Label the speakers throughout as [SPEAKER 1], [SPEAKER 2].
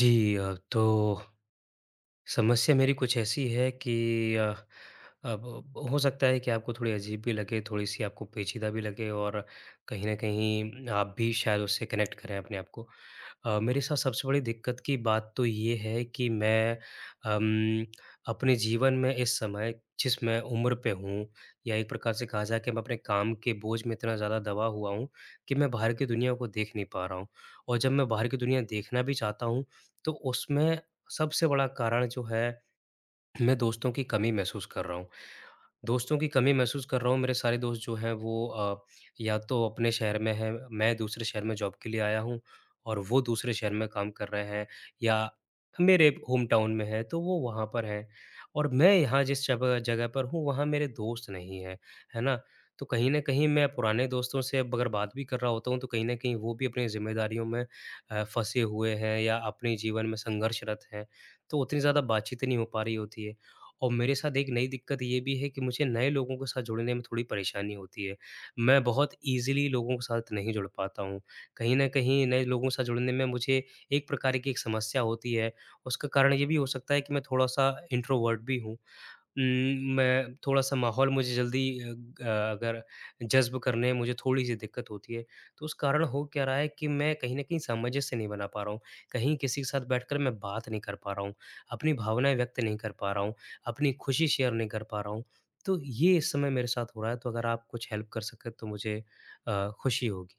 [SPEAKER 1] जी। तो समस्या मेरी कुछ ऐसी है कि अब हो सकता है कि आपको थोड़ी अजीब भी लगे, थोड़ी-सी आपको पेचीदा भी लगे और कहीं न कहीं आप भी शायद उससे कनेक्ट करें अपने आप को। मेरे साथ सबसे बड़ी दिक्कत की बात तो ये है कि मैं अम, अपने जीवन में इस समय जिस मैं उम्र पे हूँ या एक प्रकार से कहा जाए कि मैं अपने काम के बोझ में इतना ज़्यादा दबा हुआ हूँ कि मैं बाहर की दुनिया को देख नहीं पा रहा हूँ। और जब मैं बाहर की दुनिया देखना भी चाहता हूँ, तो उसमें सबसे बड़ा कारण जो है, मैं दोस्तों की कमी महसूस कर रहा हूँ। दोस्तों की कमी महसूस कर रहा हूँ, मेरे सारे दोस्त जो हैं वो या तो अपने शहर में हैं, मैं दूसरे शहर में जॉब के लिए आया हूँ और वो दूसरे शहर में काम कर रहे हैं या मेरे होम टाउन में हैं, तो वो वहाँ पर हैं और मैं यहाँ जिस जगह जगह पर हूँ, वहाँ मेरे दोस्त नहीं हैं, है ना? तो कहीं न कहीं मैं पुराने दोस्तों से अब अगर बात भी कर रहा होता हूँ, तो कहीं न कहीं वो भी अपनी ज़िम्मेदारियों में फँसे हुए हैं या अपने जीवन में संघर्षरत हैं, तो उतनी ज़्यादा बातचीत नहीं हो पा रही होती है। और मेरे साथ एक नई दिक्कत ये भी है कि मुझे नए लोगों के साथ जुड़ने में थोड़ी परेशानी होती है। मैं बहुत ईज़िली लोगों के साथ नहीं जुड़ पाता हूँ। कहीं न कहीं नए लोगों के साथ जुड़ने में मुझे एक प्रकार की एक समस्या होती है। उसका कारण ये भी हो सकता है कि मैं थोड़ा-सा इंट्रोवर्ट भी हूँ। मैं थोड़ा-सा माहौल मुझे जल्दी अ, ग अगर जज़्ब करने में मुझे थोड़ी-सी दिक्कत होती है। तो उस कारण हो क्या रहा है कि मैं कहीं न कहीं सामंजस्य नहीं बना पा रहा हूँ। कहीं किसी के साथ बैठकर मैं बात नहीं कर पा रहा हूँ, अपनी भावनाएँ व्यक्त नहीं कर पा रहा हूँ, अपनी खुशी शेयर नहीं कर पा रहा हूँ। तो ये इस समय मेरे साथ हो रहा है, तो अगर आप कुछ हेल्प कर सकें तो मुझे खुशी होगी।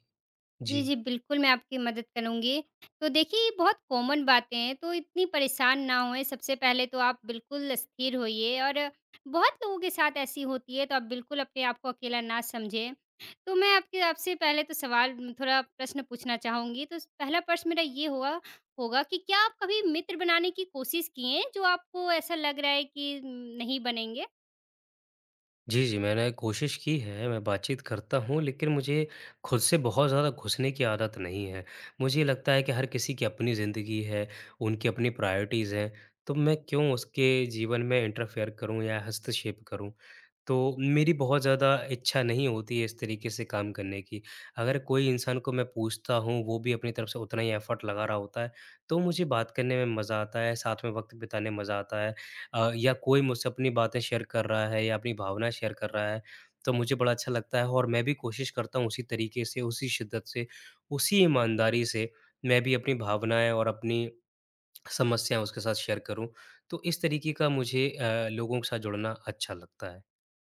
[SPEAKER 2] जी,
[SPEAKER 1] जी।
[SPEAKER 2] जी, बिल्कुल, मैं आपकी मदद करूँगी। तो देखिए, ये बहुत कॉमन बातें हैं, तो इतनी परेशान ना होएँ। सबसे पहले तो आप बिल्कुल स्थिर होइए और बहुत लोगों के साथ ऐसी होती है, तो आप बिल्कुल अपने आप को अकेला ना समझें। तो मैं आपके आपसे पहले तो सवाल थोड़ा प्रश्न पूछना चाहूँगी। तो स पहला प्रश्न मेरा ये होगा होगा कि क्या आप कभी मित्र बनाने की कोशिश किए हैं, जो आपको ऐसा लग रहा है कि नहीं बनेंगे?
[SPEAKER 1] जी, जी, मैंने कोशिश की है, मैं बातचीत करता हूँ, लेकिन मुझे खुद से बहुत ज़्यादा घुसने की आदत नहीं है। मुझे ये लगता है कि हर किसी की अपनी ज़िंदगी है, उनकी अपनी प्रायोरिटीज़ हैं, तो मैं क्यों उसके जीवन में इंटरफेयर करूँ या हस्तक्षेप करूँ? तो मेरी बहुत ज़्यादा इच्छा नहीं होती है इस तरीके से काम करने की। अगर कोई इंसान को मैं पूछता हूँ, वो भी अपनी तरफ से उतना ही एफ़र्ट लगा रहा होता है, तो मुझे बात करने में मज़ा आता है, साथ में वक़्त बिताने में मज़ा आता है। या कोई मुझसे अपनी बातें शेयर कर रहा है या अपनी भावनाएँ शेयर कर रहा है, तो मुझे बड़ा अच्छा लगता है और मैं भी कोशिश करता हूँ उसी तरीके से, उसी शिद्दत से, उसी ईमानदारी से मैं भी अपनी भावनाएँ और अपनी समस्याएँ उसके साथ शेयर करूँ। तो इस तरीके का मुझे लोगों के साथ जुड़ना अच्छा लगता है।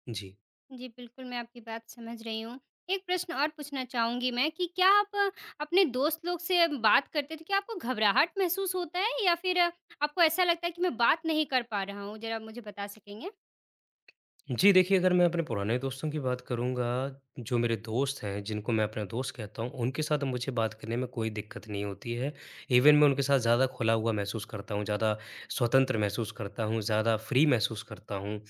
[SPEAKER 1] जी।
[SPEAKER 2] जी, बिल्कुल, मैं आपकी बात समझ रही हूँ। एक प्रश्न और पूछना चाहूँगी मैं कि क्या आप अपने दोस्त लोग से बात करते हैं, तो क्या आपको घबराहट महसूस होता है या फिर आपको ऐसा लगता है कि मैं बात नहीं कर पा रहा हूँ? ज़रा मुझे बता सकेंगे?
[SPEAKER 1] जी, देखिए अगर मैं अपने पुराने दोस्तों की बात करूँगा, जो मेरे दोस्त हैं, जिनको मैं अपना दोस्त कहता हूँ, उनके साथ मुझे बात करने में कोई दिक्कत नहीं होती है। इवन मैं उनके साथ ज़्यादा खुला हुआ महसूस करता हूँ, ज़्यादा स्वतंत्र महसूस करता हूँ, ज़्यादा फ्री महसूस करता हूँ।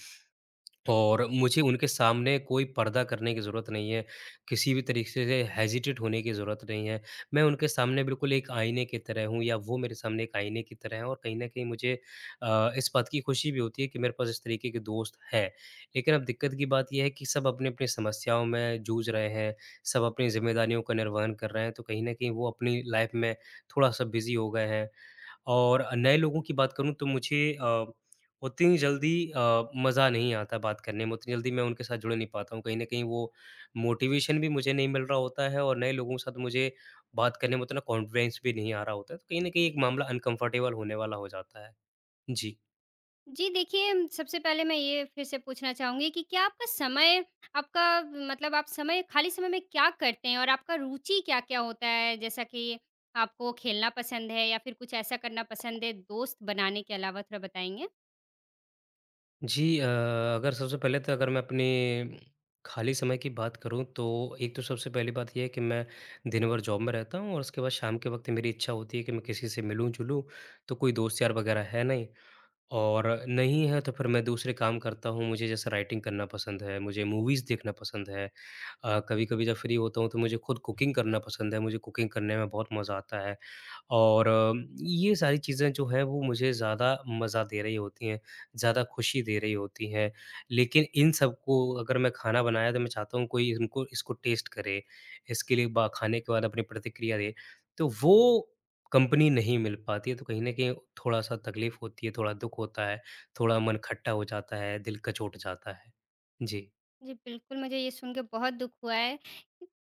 [SPEAKER 1] और मुझे उनके सामने कोई पर्दा करने की ज़रूरत नहीं है, किसी भी तरीके से हेजिटेट होने की ज़रूरत नहीं है। मैं उनके सामने बिल्कुल एक आईने की तरह हूँ या वो मेरे सामने एक आईने की तरह हैं और कहीं न कहीं मुझे इस बात की खुशी भी होती है कि मेरे पास इस तरीके के दोस्त हैं। लेकिन अब दिक्कत की बात ये है कि सब अपनी-अपनी समस्याओं में जूझ रहे हैं, सब अपनी ज़िम्मेदारियों का निर्वहन कर रहे हैं, तो कहीं न कहीं वो अपनी लाइफ़ में थोड़ा-सा बिज़ी हो गए हैं। और नए लोगों की बात करूँ तो मुझे उतनी जल्दी मज़ा नहीं आता बात करने में, उतनी जल्दी मैं उनके साथ जुड़ नहीं पाता हूँ। कहीं न कहीं वो मोटिवेशन भी मुझे नहीं मिल रहा होता है और नए लोगों के साथ मुझे बात करने में उतना कॉन्फिडेंस भी नहीं आ रहा होता है। तो कहीं न कहीं एक मामला अनकम्फ़र्टेबल होने वाला हो जाता है। जी।
[SPEAKER 2] जी, देखिए सबसे पहले मैं ये फिर से पूछना चाहूँगी कि क्या आपका समय आपका मतलब आप समय खाली समय में क्या करते हैं और आपका रुचि क्या-क्या होता है? जैसा कि आपको खेलना पसंद है या फिर कुछ ऐसा करना पसंद है दोस्त बनाने के अलावा, थोड़ा बताएँगे?
[SPEAKER 1] जी अगर सबसे पहले तो अगर मैं अपने खाली समय की बात करूँ तो एक तो सबसे पहली बात ये है कि मैं दिन भर जॉब में रहता हूँ और उसके बाद शाम के वक़्त मेरी इच्छा होती है कि मैं किसी से मिलूँ-जुलूँ, तो कोई दोस्त यार वग़ैरह है नहीं। और नहीं है तो फिर मैं दूसरे काम करता हूँ, मुझे जैसे राइटिंग करना पसंद है, मुझे मूवीज़ देखना पसंद है। कभी-कभी जब फ्री होता हूँ तो मुझे खुद कुकिंग करना पसंद है, मुझे कुकिंग करने में बहुत मज़ा आता है। और ये सारी चीज़ें जो हैं वो मुझे ज़्यादा मज़ा दे रही होती हैं, ज़्यादा खुशी दे रही होती हैं। लेकिन इन सबको अगर मैं खाना बनाया तो मैं चाहता हूँ कोई इनको इसको टेस्ट करे, इसके लिए बा खाने के बाद अपनी प्रतिक्रिया दे। तो वो कंपनी नहीं मिल पाती है, तो कहीं न कहीं थोड़ा-सा तकलीफ़ होती है, थोड़ा दुःख होता है, थोड़ा मन खट्टा हो जाता है, दिल कचोट जाता है। जी।
[SPEAKER 2] जी, बिल्कुल, मुझे ये सुन के बहुत दुःख हुआ है।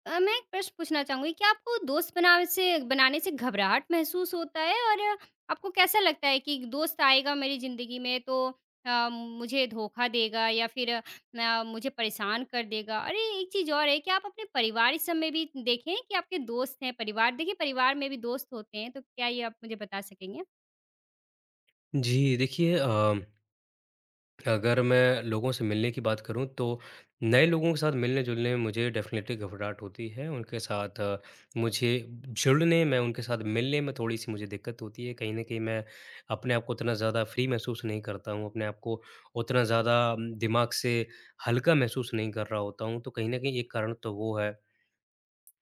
[SPEAKER 2] मैं एक प्रश्न पूछना चाहूँगी क्या आपको दोस्त बनावे से बनाने से घबराहट महसूस होता है? और आपको कैसा लगता है कि दोस्त आएगा मेरी ज़िंदगी में तो मुझे धोखा देगा या फिर मुझे परेशान कर देगा? अरे, एक चीज़ और है कि आप अपने परिवार इस सब में भी देखें कि आपके दोस्त हैं परिवार देखिए परिवार में भी दोस्त होते हैं, तो क्या ये आप मुझे बता सकेंगे?
[SPEAKER 1] जी, देखिए अगर मैं लोगों से मिलने की बात करूँ तो नए लोगों के साथ मिलने-जुलने में मुझे डेफ़िनेटली घबराहट होती है। उनके साथ मुझे जुड़ने में, उनके साथ मिलने में थोड़ी-सी मुझे दिक्कत होती है। कहीं न कहीं मैं अपने आप को उतना ज़्यादा फ्री महसूस नहीं करता हूँ, अपने आप को उतना ज़्यादा दिमाग से हल्का महसूस नहीं कर रहा होता हूँ, तो कहीं न कहीं एक कारण तो वो है।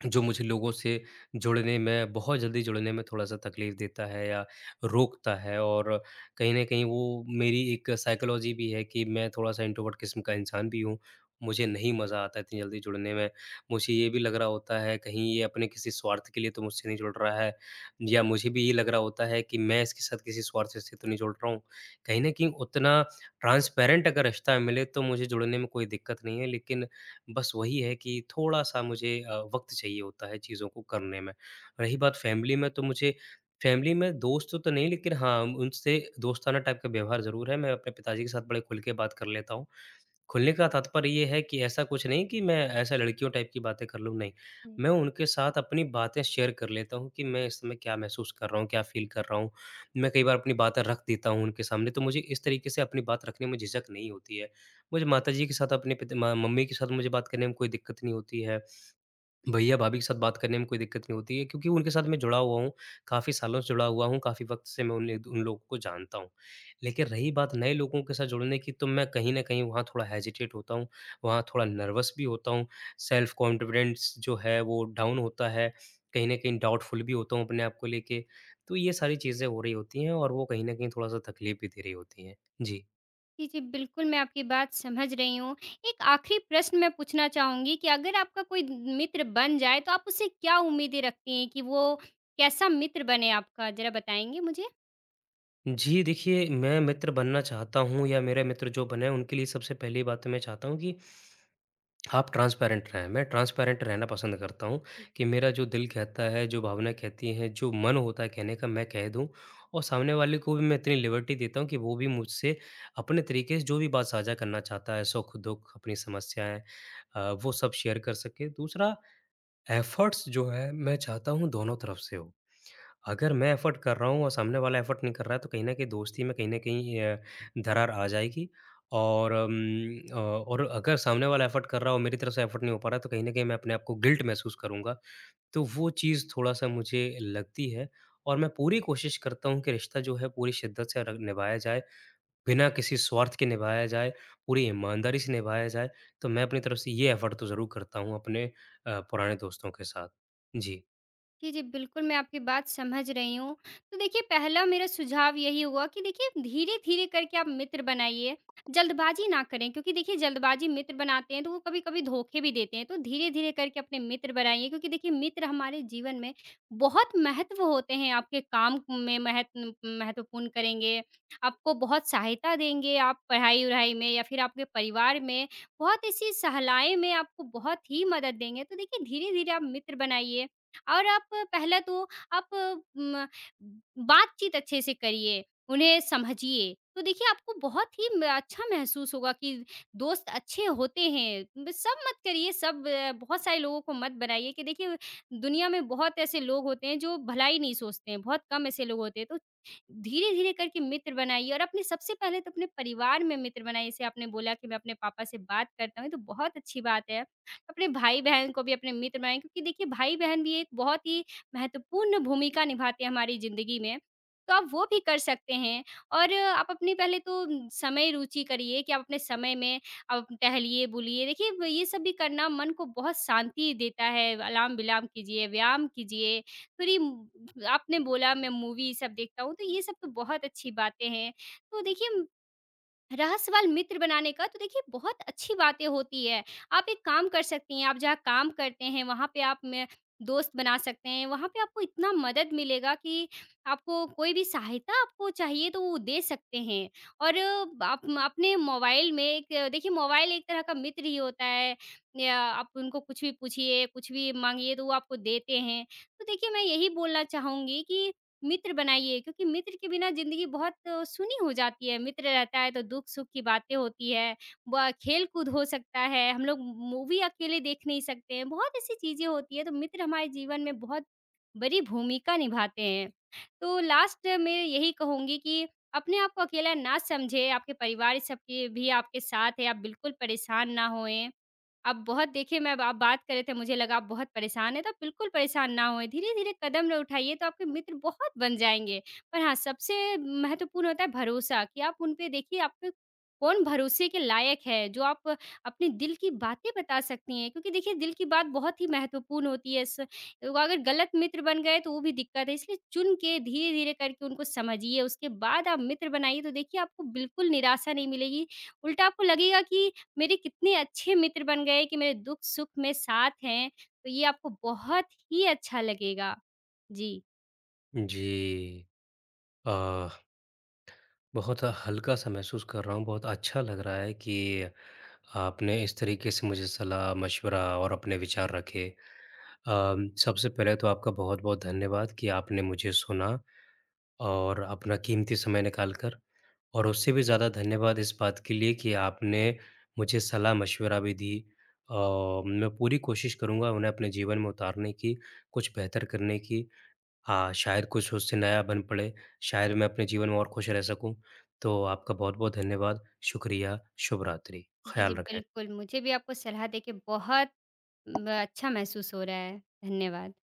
[SPEAKER 1] जो मुझे लोगों से जुड़ने में बहुत जल्दी जुड़ने में थोड़ा-सा तकलीफ़ देता है या रोकता है और कहीं न कहीं वो मेरी एक साइकोलॉजी भी है कि मैं थोड़ा-सा इंट्रोवर्ट किस्म का इंसान भी हूँ। मुझे नहीं मज़ा आता है इतनी जल्दी जुड़ने में। मुझे ये भी लग रहा होता है कहीं ये अपने किसी स्वार्थ के लिए तो मुझसे नहीं जुड़ रहा है या मुझे भी ये लग रहा होता है कि मैं इसके साथ किसी स्वार्थ से तो नहीं जुड़ रहा हूँ। कहीं न कहीं उतना ट्रांसपेरेंट अगर रिश्ता मिले तो मुझे जुड़ने में कोई दिक्कत नहीं है लेकिन बस वही है कि थोड़ा-सा मुझे वक़्त चाहिए होता है चीज़ों को करने में। रही बात फैमिली में तो मुझे फैमिली में दोस्त तो नहीं लेकिन हाँ, उनसे दोस्ताना टाइप का व्यवहार ज़रूर है। मैं अपने पिताजी के साथ बड़े खुल के बात कर लेता हूँ। खुलने का तात्पर्य ये है कि ऐसा कुछ नहीं कि मैं ऐसा लड़कियों टाइप की बातें कर लूँ, नहीं। मैं उनके साथ अपनी बातें शेयर कर लेता हूँ कि मैं इस समय क्या महसूस कर रहा हूँ, क्या फ़ील कर रहा हूँ। मैं कई बार अपनी बातें रख देता हूँ उनके सामने, तो मुझे इस तरीके से अपनी बात रखने में झिझक नहीं होती है। मुझे माताजी के साथ, अपने पिता म मम्मी के साथ मुझे बात करने में कोई दिक्कत नहीं होती है। भैया-भाभी के साथ बात करने में कोई दिक्कत नहीं होती है क्योंकि उनके साथ मैं जुड़ा हुआ हूँ, काफ़ी सालों से जुड़ा हुआ हूँ, काफ़ी वक़्त से मैं उन लोगों को जानता हूँ। लेकिन रही बात नए लोगों के साथ जुड़ने की तो मैं कहीं न कहीं वहाँ थोड़ा हेजिटेट होता हूँ, वहाँ थोड़ा नर्वस भी होता हूँ, सेल्फ कॉन्फिडेंस जो है वो डाउन होता है, कहीं न कहीं डाउटफुल भी होता हूँ अपने आप को लेके। तो ये सारी चीज़ें हो रही होती हैं और वो कहीं न कहीं थोड़ा-सा तकलीफ़ भी दे रही होती हैं। जी।
[SPEAKER 2] जी, जी, बिल्कुल, मैं आपकी बात समझ रही हूँ। एक आखिरी प्रश्न मैं पूछना चाहूँगी कि अगर आपका कोई मित्र बन जाए, तो आप उससे क्या उम्मीदें रखती हैं कि वो कैसा मित्र बने आपका? ज़रा बताएँगे मुझे?
[SPEAKER 1] जी, देखिए मैं मित्र बनना चाहता हूँ या मेरे मित्र जो बने उनके लिए सबसे पहली बात तो मैं चाहता हूँ कि आप ट्रांसपेरेंट रहें, मैं ट्रांसपेरेंट रहना पसंद करता हूँ कि मेरा जो दिल कहता है, जो भावना कहती है, जो मन होता है कहने का मैं कह दूँ और सामने वाले को भी मैं इतनी लिबर्टी देता हूँ कि वो भी मुझसे अपने तरीके से जो भी बात साझा करना चाहता है, सुख-दुख, अपनी समस्याएँ वो सब शेयर कर सके। दूसरा एफर्ट्स जो है मैं चाहता हूँ दोनों तरफ से हो। अगर मैं एफ़र्ट कर रहा हूँ और सामने वाला एफ़र्ट नहीं कर रहा है, तो कहीं न कहीं दोस्ती में कहीं न कहीं दरार आ जाएगी और और अगर सामने वाला एफ़र्ट कर रहा हो, मेरी तरफ से एफ़र्ट नहीं हो पा रहा है, तो कहीं न कहीं मैं अपने आप को गिल्ट महसूस करूँगा। तो वो चीज़ थोड़ा-सा मुझे लगती है और मैं पूरी कोशिश करता हूँ कि रिश्ता जो है पूरी शिद्दत से र निभाया जाए, बिना किसी स्वार्थ के निभाया जाए, पूरी ईमानदारी से निभाया जाए। तो मैं अपनी तरफ से ये एफ़र्ट तो ज़रूर करता हूँ अपने पुराने दोस्तों के साथ। जी।
[SPEAKER 2] जी, जी, बिल्कुल, मैं आपकी बात समझ रही हूँ। तो देखिए पहला मेरा सुझाव यही होगा कि देखिए धीरे-धीरे करके आप मित्र बनाइए, जल्दबाज़ी ना करें क्योंकि देखिए जल्दबाज़ी मित्र बनाते हैं तो वो कभी-कभी धोखे भी देते हैं। तो धीरे-धीरे करके अपने मित्र बनाइए क्योंकि देखिए मित्र हमारे जीवन में बहुत महत्व होते हैं, आपके काम में महत्वपूर्ण करेंगे, आपको बहुत सहायता देंगे, आप पढ़ाई-वढ़ाई में या फिर आपके परिवार में, बहुत ऐसी सहलाएँ में आपको बहुत ही मदद देंगे। तो देखिए धीरे-धीरे आप मित्र बनाइए। और आप पहला तो आप म बातचीत अच्छे से करिए, उन्हें समझिए। तो देखिए आपको बहुत ही म अच्छा महसूस होगा कि दोस्त अच्छे होते हैं। ब सब मत करिए, बहुत सारे लोगों को मत बनाइए कि देखिए दुनिया में बहुत ऐसे लोग होते हैं जो भलाई नहीं सोचते हैं, बहुत कम ऐसे लोग होते हैं। तो धीरे-धीरे करके मित्र बनाइए और अपने सबसे पहले तो अपने परिवार में मित्र बनाइए। जैसे आपने बोला कि मैं अपने पापा से बात करता हूँ, ये तो बहुत अच्छी बात है। अपने भाई-बहन को भी अपने मित्र बनाएँ क्योंकि देखिए भाई-बहन भी एक बहुत ही महत्वपूर्ण भूमिका निभाते हैं हमारी ज़िंदगी में। तो आप वो भी कर सकते हैं और आप अपनी पहले तो समय रुचि करिए कि आप अपने समय में आप टहलिए, बुलिए। देखिए ब ये सब भी करना मन को बहुत शांति देता है। अलाम-विलाम कीजिए, व्यायाम कीजिए। थोड़ी म आपने बोला मैं मूवी सब देखता हूँ, तो ये सब तो बहुत अच्छी बातें हैं। तो देखिए रहा सवाल मित्र बनाने का तो देखिए बहुत अच्छी बातें होती है। आप एक काम कर सकती हैं, आप जहाँ काम करते हैं वहाँ पे आप में दोस्त बना सकते हैं। वहाँ पे आपको इतना मदद मिलेगा कि आपको कोई भी सहायता आपको चाहिए तो वो दे सकते हैं। और आप अपने मोबाइल में एक। देखिए मोबाइल एक तरह का मित्र ही होता है। या आप उनको कुछ भी पूछिए, कुछ भी माँगिए तो वो आपको देते हैं। तो देखिए मैं यही बोलना चाहूँगी कि मित्र बनाइए क्योंकि मित्र के बिना ज़िंदगी बहुत सुनी हो जाती है, मित्र रहता है तो दुःख-सुख की बातें होती है, ब खेल-कूद हो सकता है, हम लोग मूवी अकेले देख नहीं सकते हैं, बहुत ऐसी चीज़ें होती हैं तो मित्र हमारे जीवन में बहुत बड़ी भूमिका निभाते हैं। तो लास्ट में यही कहूँगी कि अपने आप को अकेला ना समझें, आपके परिवार सबके भी आपके साथ है, आप बिल्कुल परेशान ना होएँ। आप बहुत देखिए मैं आप बात कर रहे थे मुझे लगा आप बहुत परेशान हैं, तो आप बिल्कुल परेशान ना होएँ, धीरे-धीरे कदम न उठाइए तो आपके मित्र बहुत बन जाएँगे। पर हाँ, सबसे महत्वपूर्ण होता है भरोसा कि आप पे कौन भरोसे के लायक है, जो आप अपने दिल की बातें बता सकती हैं क्योंकि देखिए दिल की बात बहुत ही महत्वपूर्ण होती है स वो अगर गलत मित्र बन गए तो वो भी दिक्कत है, इसलिए चुन के धीरे-धीरे करके उनको समझिए, उसके बाद आप मित्र बनाइए तो देखिए आपको बिल्कुल निराशा नहीं मिलेगी। उल्टा आपको लगेगा कि मेरे कितने अच्छे मित्र बन गए कि मेरे दुःख-सुख में साथ हैं, तो ये आपको बहुत ही अच्छा लगेगा। जी।
[SPEAKER 1] जी। अ, बहुत हल्का-सा महसूस कर रहा हूँ, बहुत अच्छा लग रहा है कि आपने इस तरीके से मुझे सलाह-मशवरा और अपने विचार रखे। सबसे पहले तो आपका बहुत-बहुत धन्यवाद कि आपने मुझे सुना और अपना कीमती समय निकाल कर और उससे भी ज़्यादा धन्यवाद इस बात के लिए कि आपने मुझे सलाह-मशवरा भी दी। अ, मैं पूरी कोशिश करूँगा उन्हें अपने जीवन में उतारने की, कुछ बेहतर करने की हाँ, शायद कुछ उससे नया बन पड़े, शायद मैं अपने जीवन में और खुश रह सकूँ। तो आपका बहुत-बहुत धन्यवाद, शुक्रिया, शुभ रात्रि,
[SPEAKER 2] जी,
[SPEAKER 1] ख़्याल
[SPEAKER 2] जी,
[SPEAKER 1] रखें।
[SPEAKER 2] बिल्कुल। मुझे भी आपको सलाह देके बहुत म अच्छा महसूस हो रहा है। धन्यवाद।